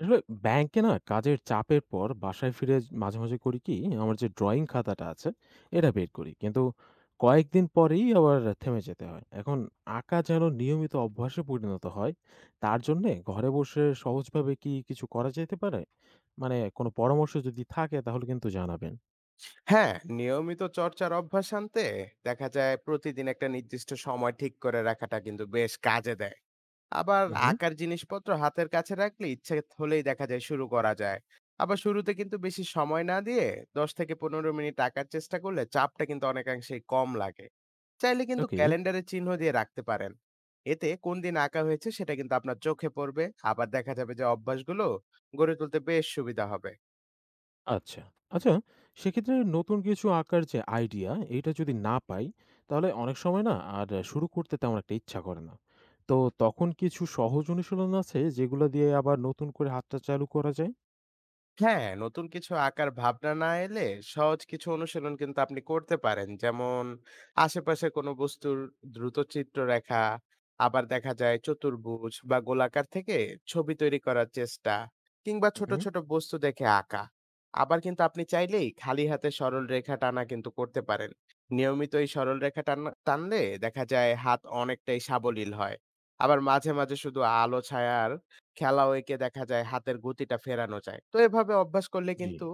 আসলে ব্যাংকে না কাজের চাপের পর বাসায় ফিরে মাঝে মাঝে করি কি আমার যে ড্রয়িং খাতাটা আছে এটা বের করি কিন্তু কয়েকদিন পরেই আবার থেমে যেতে হয়। এখন আঁকা যেন নিয়মিত অভ্যাসে পরিণত হয় তার জন্যে ঘরে বসে সহজভাবে কি কিছু করা যেতে পারে, মানে কোনো পরামর্শ যদি থাকে তাহলে কিন্তু জানাবেন। হ্যাঁ, নিয়মিত চর্চার অভ্যাস আনতে দেখা যায় প্রতিদিন একটা নির্দিষ্ট সময় ঠিক করে রাখাটা কিন্তু বেশ কাজে দেয়। আবার হুম। আঁকার জিনিসপত্র হাতের কাছে রাখলে ইচ্ছে হলেই দেখা যায় শুরু করা যায়। আবার শুরুতে কিন্তু বেশি সময় না দিয়ে ১০ থেকে ১৫ মিনিট আঁকার চেষ্টা করলে চাপটা কিন্তু অনেকাংশেই কম লাগে। চাইলে কিন্তু ওকে। ক্যালেন্ডারে চিহ্ন দিয়ে রাখতে পারেন। এতে কোন দিন আঁকা হয়েছে সেটা কিন্তু আপনার চোখে পড়বে। আবার দেখা যাবে যে অভ্যাসগুলো গড়ে তুলতে বেশ সুবিধা হবে। আচ্ছা। আচ্ছা, সেক্ষেত্রে নতুন কিছু আঁকার যে আইডিয়া, এইটা যদি না পাই, তাহলে অনেক সময় না আর শুরু করতে তেমন একটা ইচ্ছা করে না। তো তখন কিছু সহজ অনুশীলন আছে, যেগুলা দিয়ে আবার নতুন করে হাতটা চালু করা যায়? হ্যাঁ, নতুন কিছু আঁকার ভাবনা না এলে সহজ কিছু অনুশীলন কিন্তু আপনি করতে পারেন। যেমন আশেপাশে কোনো বস্তুর দ্রুত চিত্র রেখা, আবার দেখা যায় চতুর্ভুজ বা গোলাকার থেকে ছবি তৈরি করার চেষ্টা কিংবা হুম, ছোট, হুম। ছোট বস্তু দেখে আঁকা। আবার কিন্তু আপনি চাইলেই খালি হাতে সরল রেখা টানা কিন্তু করতে পারেন। নিয়মিত এই সরল রেখা টানা টানলে দেখা যায় হাত অনেকটাই সাবলীল হয়। আবার মাঝে, মাঝে শুধু আলো ছায়ার খেলাও এঁকে দেখা যায় হাতের গতিটা ফেরানো যায়। তো এভাবে অভ্যাস করলে জি। কিন্তু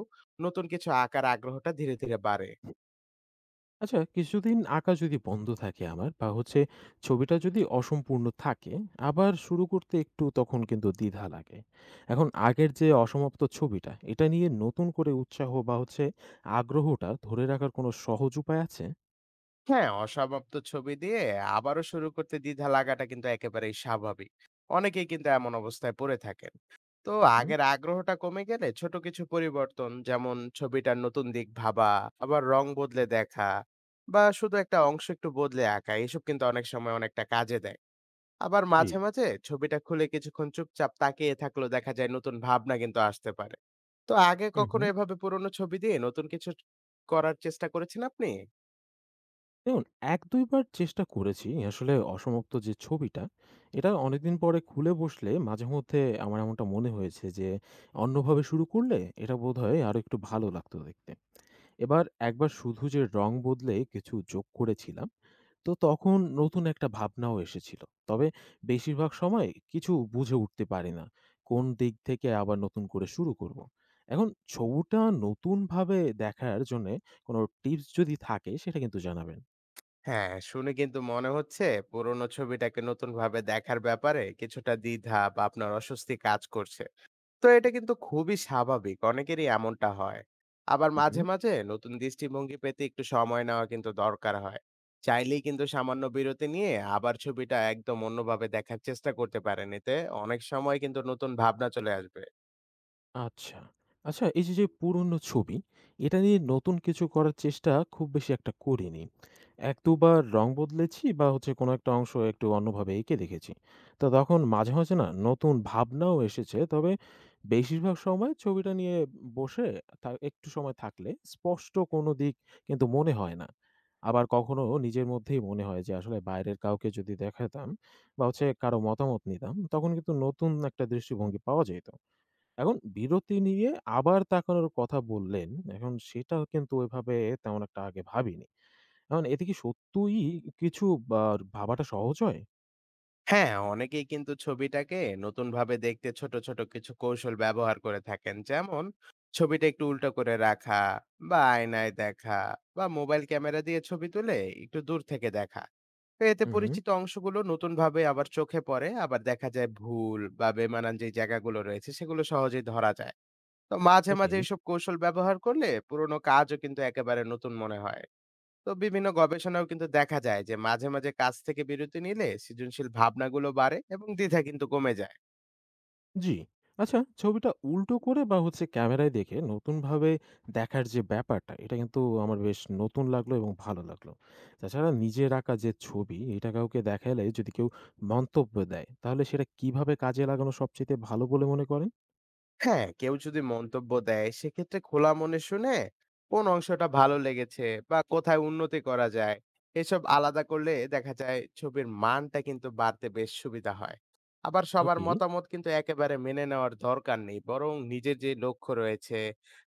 নতুন কিছু আঁকার আগ্রহটা ধীরে, ধীরে বাড়ে। আচ্ছা, কিছুদিন আঁকা যদি বন্ধ থাকে আমার বা হচ্ছে ছবিটা যদি অসম্পূর্ণ থাকে, আবার শুরু করতে একটু তখন কিন্তু দ্বিধা লাগে। এখন আগের যে অসমাপ্ত ছবিটা, এটা নিয়ে নতুন করে উৎসাহ বা হচ্ছে আগ্রহটা ধরে রাখার কোনো সহজ উপায় আছে? হ্যাঁ, অসমাপ্ত ছবি দিয়ে আবারও শুরু করতে দ্বিধা লাগাটা কিন্তু একেবারেই স্বাভাবিক। অনেকেই কিন্তু এমন অবস্থায় পড়ে থাকেন। তো হুম, হুম। আগের আগ্রহটা কমে গেলে ছোট কিছু পরিবর্তন যেমন ছবিটার নতুন দিক ভাবা, আবার রং বদলে দেখা বা শুধু একটা অংশ একটু বদলে আঁকা এসব কিন্তু অনেক সময় অনেকটা কাজে দেয়। আবার জি। মাঝে, মাঝে ছবিটা খুলে কিছুক্ষণ চুপচাপ তাকিয়ে থাকলেও দেখা যায় নতুন ভাবনা কিন্তু আসতে পারে। তো আগে হুম, কখনো হুম। এভাবে পুরোনো ছবি দিয়ে নতুন কিছু করার চেষ্টা করেছেন আপনি? দেখুন ১-২ বার চেষ্টা করেছি। আসলে অসমাপ্ত যে ছবিটা, এটা অনেকদিন পরে খুলে বসলে মাঝেমধ্যে আমার এমনটা মনে হয়েছে যে, অন্যভাবে শুরু করলে এটা বোধহয় আরো একটু ভালো লাগতো দেখতে। এবার একবার শুধু যে রং বদলে কিছু যোগ করেছিলাম তো তখন নতুন একটা ভাবনাও এসেছিল। তবে বেশিরভাগ সময় কিছু বুঝে উঠতে পারি না, কোন দিক থেকে আবার নতুন করে শুরু করব। এখন ছবুটা নতুনভাবে দেখার জন্যে কোন টিপস যদি থাকে সেটা কিন্তু জানাবেন। হ্যাঁ, শুনে কিন্তু মনে হচ্ছে পুরোনো ছবিটাকে নতুনভাবে দেখার ব্যাপারে কিছুটা দ্বিধা বা আপনার অস্বস্তি কাজ করছে। তো এটা কিন্তু খুবই স্বাভাবিক, অনেকেরই এমনটা হয়। আবার উহু। মাঝে মাঝে নতুন দৃষ্টিভঙ্গি পেতে একটু সময় নেওয়া কিন্তু দরকার হয়। চাইলেই কিন্তু সামান্য বিরতি নিয়ে আবার ছবিটা একদম অন্যভাবে দেখার চেষ্টা করতে পারেন, এতে অনেক সময় কিন্তু নতুন ভাবনা চলে আসবে। আচ্ছা। আচ্ছা এই যে, যে পুরনো ছবি, এটা নিয়ে নতুন কিছু করার চেষ্টা খুব বেশি একটা করিনি। ১-২ বার রং বদলেছি বা হচ্ছে কোনো একটা অংশ একটু অন্যভাবে এঁকে দেখেছি। তো তখন মাঝে, মাঝে না নতুন ভাবনাও এসেছে। তবে বেশিরভাগ সময় ছবিটা নিয়ে বসে একটু সময় থাকলে স্পষ্ট কোনো দিক কিন্তু মনে হয় না। আবার কখনো নিজের মধ্যেই মনে হয় যে, আসলে বাইরের কাউকে যদি দেখাতাম বা হচ্ছে কারো মতামত নিতাম, তখন কিন্তু নতুন একটা দৃষ্টিভঙ্গি পাওয়া যেত। এখন বিরতি নিয়ে আবার তাকানোর কথা বললেন, এখন সেটাও কিন্তু ওইভাবে তেমন একটা আগে ভাবিনি। এখন এতে কি সত্যিই কিছু বা ভাবাটা সহজ হয়? হ্যাঁ, অনেকেই কিন্তু ছবিটাকে নতুনভাবে দেখতে ছোট, ছোট কিছু কৌশল ব্যবহার করে থাকেন। যেমন ছবিটা একটু উল্টো করে রাখা বা আয়নায় দেখা বা মোবাইল ক্যামেরা দিয়ে ছবি তুলে একটু দূর থেকে দেখা। তো এতে হুম, হুম। পরিচিত অংশগুলো নতুনভাবে আবার চোখে পড়ে। আবার দেখা যায় ভুল বা বেমানান যে জায়গাগুলো রয়েছে সেগুলো সহজেই ধরা যায়। তো মাঝে, ওকে। মাঝে এসব কৌশল ব্যবহার করলে পুরোনো কাজও কিন্তু একেবারে নতুন মনে হয়। তো বিভিন্ন গবেষণাও কিন্তু দেখা যায় যে মাঝে মাঝে কাজ থেকে বিরতি নিলে সৃজনশীল ভাবনাগুলো বাড়ে এবং দ্বিধা কিন্তু কমে যায়। জি। আচ্ছা ছবিটা উল্টো করে বা হচ্ছে ক্যামেরায় দেখে নতুনভাবে দেখার যে ব্যাপারটা, এটা কিন্তু আমার বেশ নতুন লাগলো এবং ভালো লাগলো। তাছাড়া নিজের আঁকা যে ছবি, এটা কাউকে দেখালে যদি কেউ মন্তব্য দেয়, তাহলে সেটা কিভাবে কাজে লাগানো সবচাইতে ভালো বলে মনে করেন? হ্যাঁ, কেউ যদি মন্তব্য দেয় সেক্ষেত্রে খোলা মনে শুনে কোন অংশটা ভালো লেগেছে বা কোথায় উন্নতি করা যায় এসব আলাদা করলে দেখা যায় ছবির মানটা কিন্তু বাড়তে বেশ সুবিধা হয়। আবার সবার ওকে। মতামত কিন্তু একেবারে মেনে নেওয়ার দরকার নেই, বরং নিজের যে লক্ষ্য রয়েছে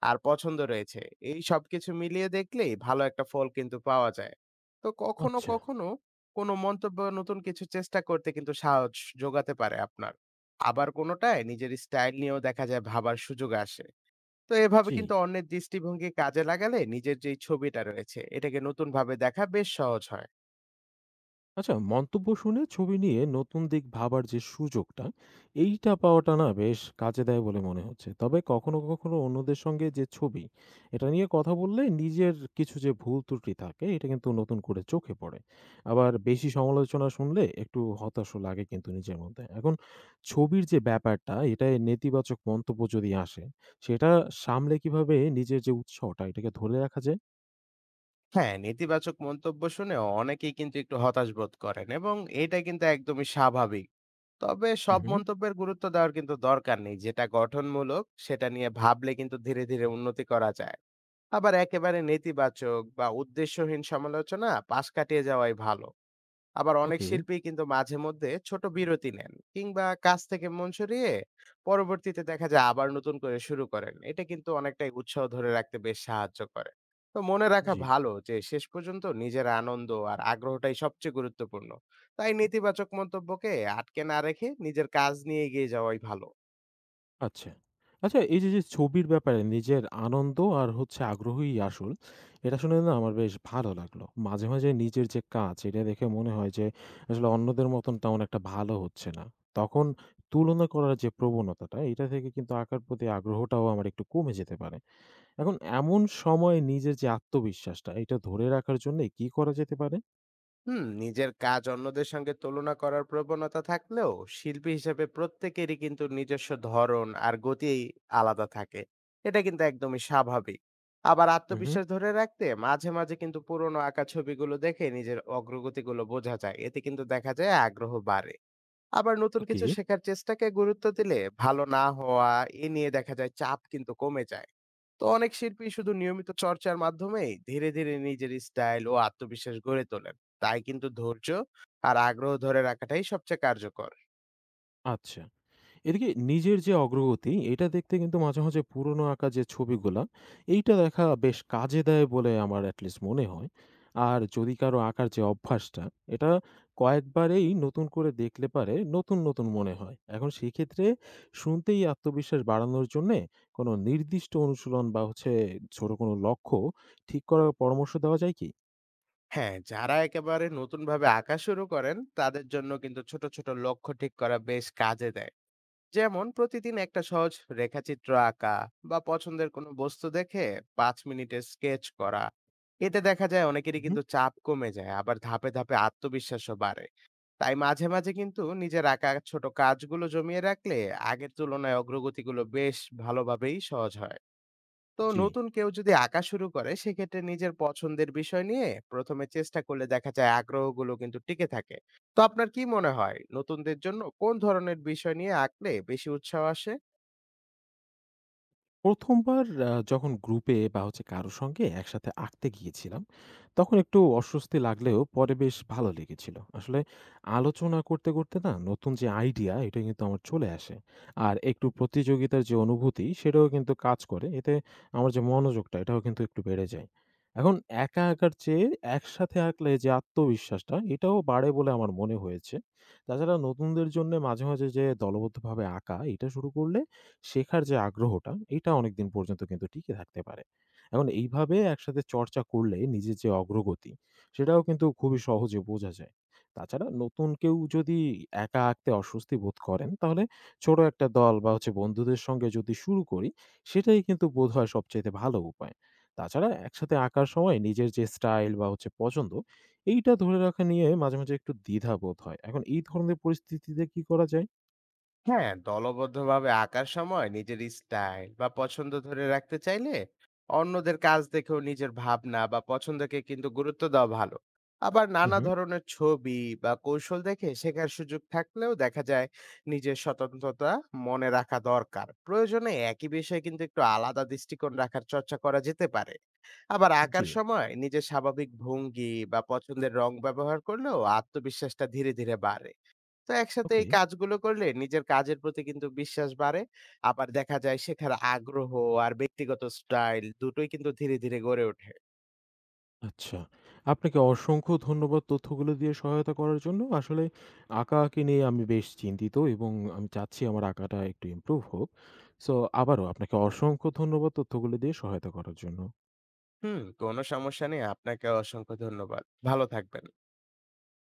আর পছন্দ রয়েছে এই সবকিছু মিলিয়ে দেখলেই ভালো একটা ফল কিন্তু পাওয়া যায়। তো কখনো আচ্ছা। কখনো কোনো মন্তব্য নতুন কিছু চেষ্টা করতে কিন্তু সাহস যোগাতে পারে আপনার। আবার কোনোটায় নিজের স্টাইল নিয়েও দেখা যায় ভাবার সুযোগ আসে। তো এভাবে জি। কিন্তু অন্যের দৃষ্টিভঙ্গি কাজে লাগালে নিজের যেই ছবিটা রয়েছে এটাকে নতুন ভাবে দেখা বেশ সহজ হয়। আচ্ছা মন্তব্য শুনে ছবি নিয়ে নতুন দিক ভাবার যে সুযোগটা এইটা পাওয়াটা না বেশ কাজে দেয় বলে মনে হচ্ছে। তবে কখনো কখনো অন্যদের সঙ্গে যে ছবি এটা নিয়ে কথা বললে নিজের কিছু যে ভুল ত্রুটি থাকে এটা কিন্তু নতুন করে চোখে পড়ে। আবার বেশি সমালোচনা শুনলে একটু হতাশও লাগে, কিন্তু নিজের মধ্যে এখন ছবির যে ব্যাপারটা এটায় নেতিবাচক মন্তব্য যদি আসে সেটা সামলে কিভাবে নিজের যে উৎসাহটা এটাকে ধরে রাখা যায়? হ্যাঁ, নেতিবাচক মন্তব্য শুনে অনেকেই কিন্তু একটু হতাশ বোধ করেন, এবং এটা কিন্তু একদমই স্বাভাবিক। তবে সব হুম। মন্তব্যের গুরুত্ব দেওয়ার কিন্তু দরকার নেই, যেটা গঠনমূলক সেটা নিয়ে ভাবলে কিন্তু ধীরে ধীরে উন্নতি করা যায়। আবার একেবারে নেতিবাচক বা উদ্দেশ্যহীন সমালোচনা পাশ কাটিয়ে যাওয়াই ভালো। আবার অনেক ওকে। শিল্পী কিন্তু মাঝে মধ্যে ছোট বিরতি নেন কিংবা কাজ থেকে মন সরিয়ে পরবর্তীতে দেখা যায় আবার নতুন করে শুরু করেন, এটা কিন্তু অনেকটাই উৎসাহ ধরে রাখতে বেশ সাহায্য করে। তো মনে রাখা জি। ভালো যে শেষ পর্যন্ত নিজের আনন্দ আর আগ্রহটাই সবচেয়ে গুরুত্বপূর্ণ। তাই নেতিবাচক মন্তব্যকে আটকে না রেখে নিজের কাজ নিয়ে এগিয়ে যাওয়াই ভালো। আচ্ছা। আচ্ছা এই যে, যে ছবির ব্যাপারে নিজের আনন্দ আর হচ্ছে আগ্রহই আসল, এটা শুনে না আমার বেশ ভালো লাগলো। মাঝে, মাঝে নিজের যে কাজ এটা দেখে মনে হয় যে আসলে অন্যদের মতন তেমন একটা ভালো হচ্ছে না। তখন তুলনা করার যে প্রবণতাটা এটা থেকে কিন্তু আঁকার প্রতি আগ্রহটাও আমার একটু কমে যেতে পারে। এখন এমন সময় নিজের যে আত্মবিশ্বাসটা এটা ধরে রাখার জন্যে কি করা যেতে পারে? হুম, নিজের কাজ অন্যদের সঙ্গে তুলনা করার প্রবণতা থাকলেও শিল্পী হিসেবে প্রত্যেকেরই কিন্তু নিজস্ব ধরন আর গতি আলাদা থাকে, এটা কিন্তু একদমই স্বাভাবিক। আবার হু, হু। আত্মবিশ্বাস ধরে রাখতে মাঝে মাঝে কিন্তু পুরোনো আঁকা ছবিগুলো দেখে নিজের অগ্রগতিগুলো বোঝা যায়, এতে কিন্তু দেখা যায় আগ্রহ বাড়ে। আবার নতুন ওকে। কিছু শেখার চেষ্টাকে গুরুত্ব দিলে ভালো না হওয়া এ নিয়ে দেখা যায় চাপ কিন্তু কমে যায়। তো অনেক শিল্পী শুধু নিয়মিত চর্চার মাধ্যমেই ধীরে ধীরে নিজের স্টাইল ও আত্মবিশ্বাস গড়ে তোলেন। তাই কিন্তু ধৈর্য আর আগ্রহ ধরে রাখাটাই সবচেয়ে কার্যকর। আচ্ছা। এদিকে নিজের যে অগ্রগতি এটা দেখতে কিন্তু মাঝে, মাঝে পুরনো আঁকা যে ছবিগুলা, এইটা দেখা বেশ কাজে দেয় বলে আমার at least মনে হয়। আর যদি কারো আঁকার যে অভ্যাসটা, এটা কয়েকবারেই নতুন করে দেখলে পারে নতুন, নতুন মনে হয়। এখন সেক্ষেত্রে শুনতেই আত্মবিশ্বাস বাড়ানোর জন্যে কোনো নির্দিষ্ট অনুশীলন বা হচ্ছে ছোট কোনো লক্ষ্য ঠিক করার পরামর্শ দেওয়া যায় কি? হ্যাঁ, যারা একেবারে নতুন ভাবে আঁকা শুরু করেন তাদের জন্য কিন্তু ছোট ছোট লক্ষ্য ঠিক করা বেশ কাজে দেয়। যেমন প্রতিদিন একটা সহজ রেখাচিত্র আঁকা বা পছন্দের কোনো বস্তু দেখে ৫ মিনিটের স্কেচ করা, এতে দেখা যায় অনেকেরই উহু। কিন্তু চাপ কমে যায়, আবার ধাপে ধাপে আত্মবিশ্বাসও বাড়ে। তাই মাঝে মাঝে কিন্তু নিজের আঁকা ছোট কাজগুলো জমিয়ে রাখলে আগের তুলনায় অগ্রগতিগুলো বেশ ভালোভাবেই সহজ হয়। তো জি। নতুন কেউ যদি আঁকা শুরু করে সেক্ষেত্রে নিজের পছন্দের বিষয় নিয়ে প্রথমে চেষ্টা করলে দেখা যায় আগ্রহগুলো কিন্তু টিকে থাকে। তো আপনার কি মনে হয় নতুনদের জন্য কোন ধরনের বিষয় নিয়ে আঁকলে বেশি উৎসাহ আসে? ১ম বার যখন গ্রুপে বা হচ্ছে কারো সঙ্গে একসাথে আঁকতে গিয়েছিলাম, তখন একটু অস্বস্তি লাগলেও পরে বেশ ভালো লেগেছিল। আসলে আলোচনা করতে, করতে না নতুন যে আইডিয়া এটা কিন্তু আমার চলে আসে। আর একটু প্রতিযোগিতার যে অনুভূতি সেটাও কিন্তু কাজ করে। এতে আমার যে মনোযোগটা এটাও কিন্তু একটু বেড়ে যায়। এখন একা আঁকার চেয়ে একসাথে আঁকলে যে আত্মবিশ্বাসটা এটাও বাড়ে বলে আমার মনে হয়েছে। তাছাড়া নতুনদের জন্যে মাঝে, মাঝে যে দলবদ্ধভাবে আঁকা এটা শুরু করলে শেখার যে আগ্রহটা, এটা অনেকদিন পর্যন্ত কিন্তু টিকে থাকতে পারে। এখন এইভাবে একসাথে চর্চা করলে নিজের যে অগ্রগতি, সেটাও কিন্তু খুবই সহজে বোঝা যায়। তাছাড়া নতুন কেউ যদি একা আঁকতে অস্বস্তি বোধ করেন, তাহলে ছোট একটা দল বা হচ্ছে বন্ধুদের সঙ্গে যদি শুরু করি, সেটাই কিন্তু বোধহয় সবচাইতে ভালো উপায়। তাছাড়া একসাথে আঁকার সময় নিজের যে স্টাইল বা হচ্ছে পছন্দ, এইটা ধরে রাখা নিয়ে মাঝে, মাঝে একটু দ্বিধা বোধ হয়। এখন এই ধরনের পরিস্থিতিতে কি করা যায়? হ্যাঁ, দলবদ্ধভাবে আঁকার সময় নিজের স্টাইল বা পছন্দ ধরে রাখতে চাইলে অন্যদের কাজ দেখেও নিজের ভাবনা বা পছন্দকে কিন্তু গুরুত্ব দেওয়া ভালো। আবার হু, নানা হু। ধরনের ছবি বা কৌশল দেখে শেখার সুযোগ থাকলেও দেখা যায় নিজের স্বতন্ত্রতা মনে রাখা দরকার। প্রয়োজনে একই বিষয়ে কিন্তু একটু আলাদা দৃষ্টিকোণ রাখার চর্চা করা যেতে পারে। আবার জি। আঁকার সময় নিজের স্বাভাবিক ভঙ্গি বা পছন্দের রং ব্যবহার করলেও আত্মবিশ্বাসটা ধীরে ধীরে বাড়ে। তো একসাথে ওকে। এই কাজগুলো করলে নিজের কাজের প্রতি কিন্তু বিশ্বাস বাড়ে। আবার দেখা যায় শেখার আগ্রহ আর ব্যক্তিগত স্টাইল দুটোই কিন্তু ধীরে, ধীরে গড়ে ওঠে। আচ্ছা। আপনাকে অসংখ্য ধন্যবাদ তথ্যগুলো দিয়ে সহায়তা করার জন্য। আসলে আঁকাআঁকি নিয়ে আমি বেশ চিন্তিত এবং আমি চাচ্ছি আমার আঁকাটা একটু ইমপ্রুভ হোক। সো আবারও আপনাকে অসংখ্য ধন্যবাদ তথ্যগুলো দিয়ে সহায়তা করার জন্য। হুম, কোনো সমস্যা নেই। আপনাকে অসংখ্য ধন্যবাদ। ভালো থাকবেন।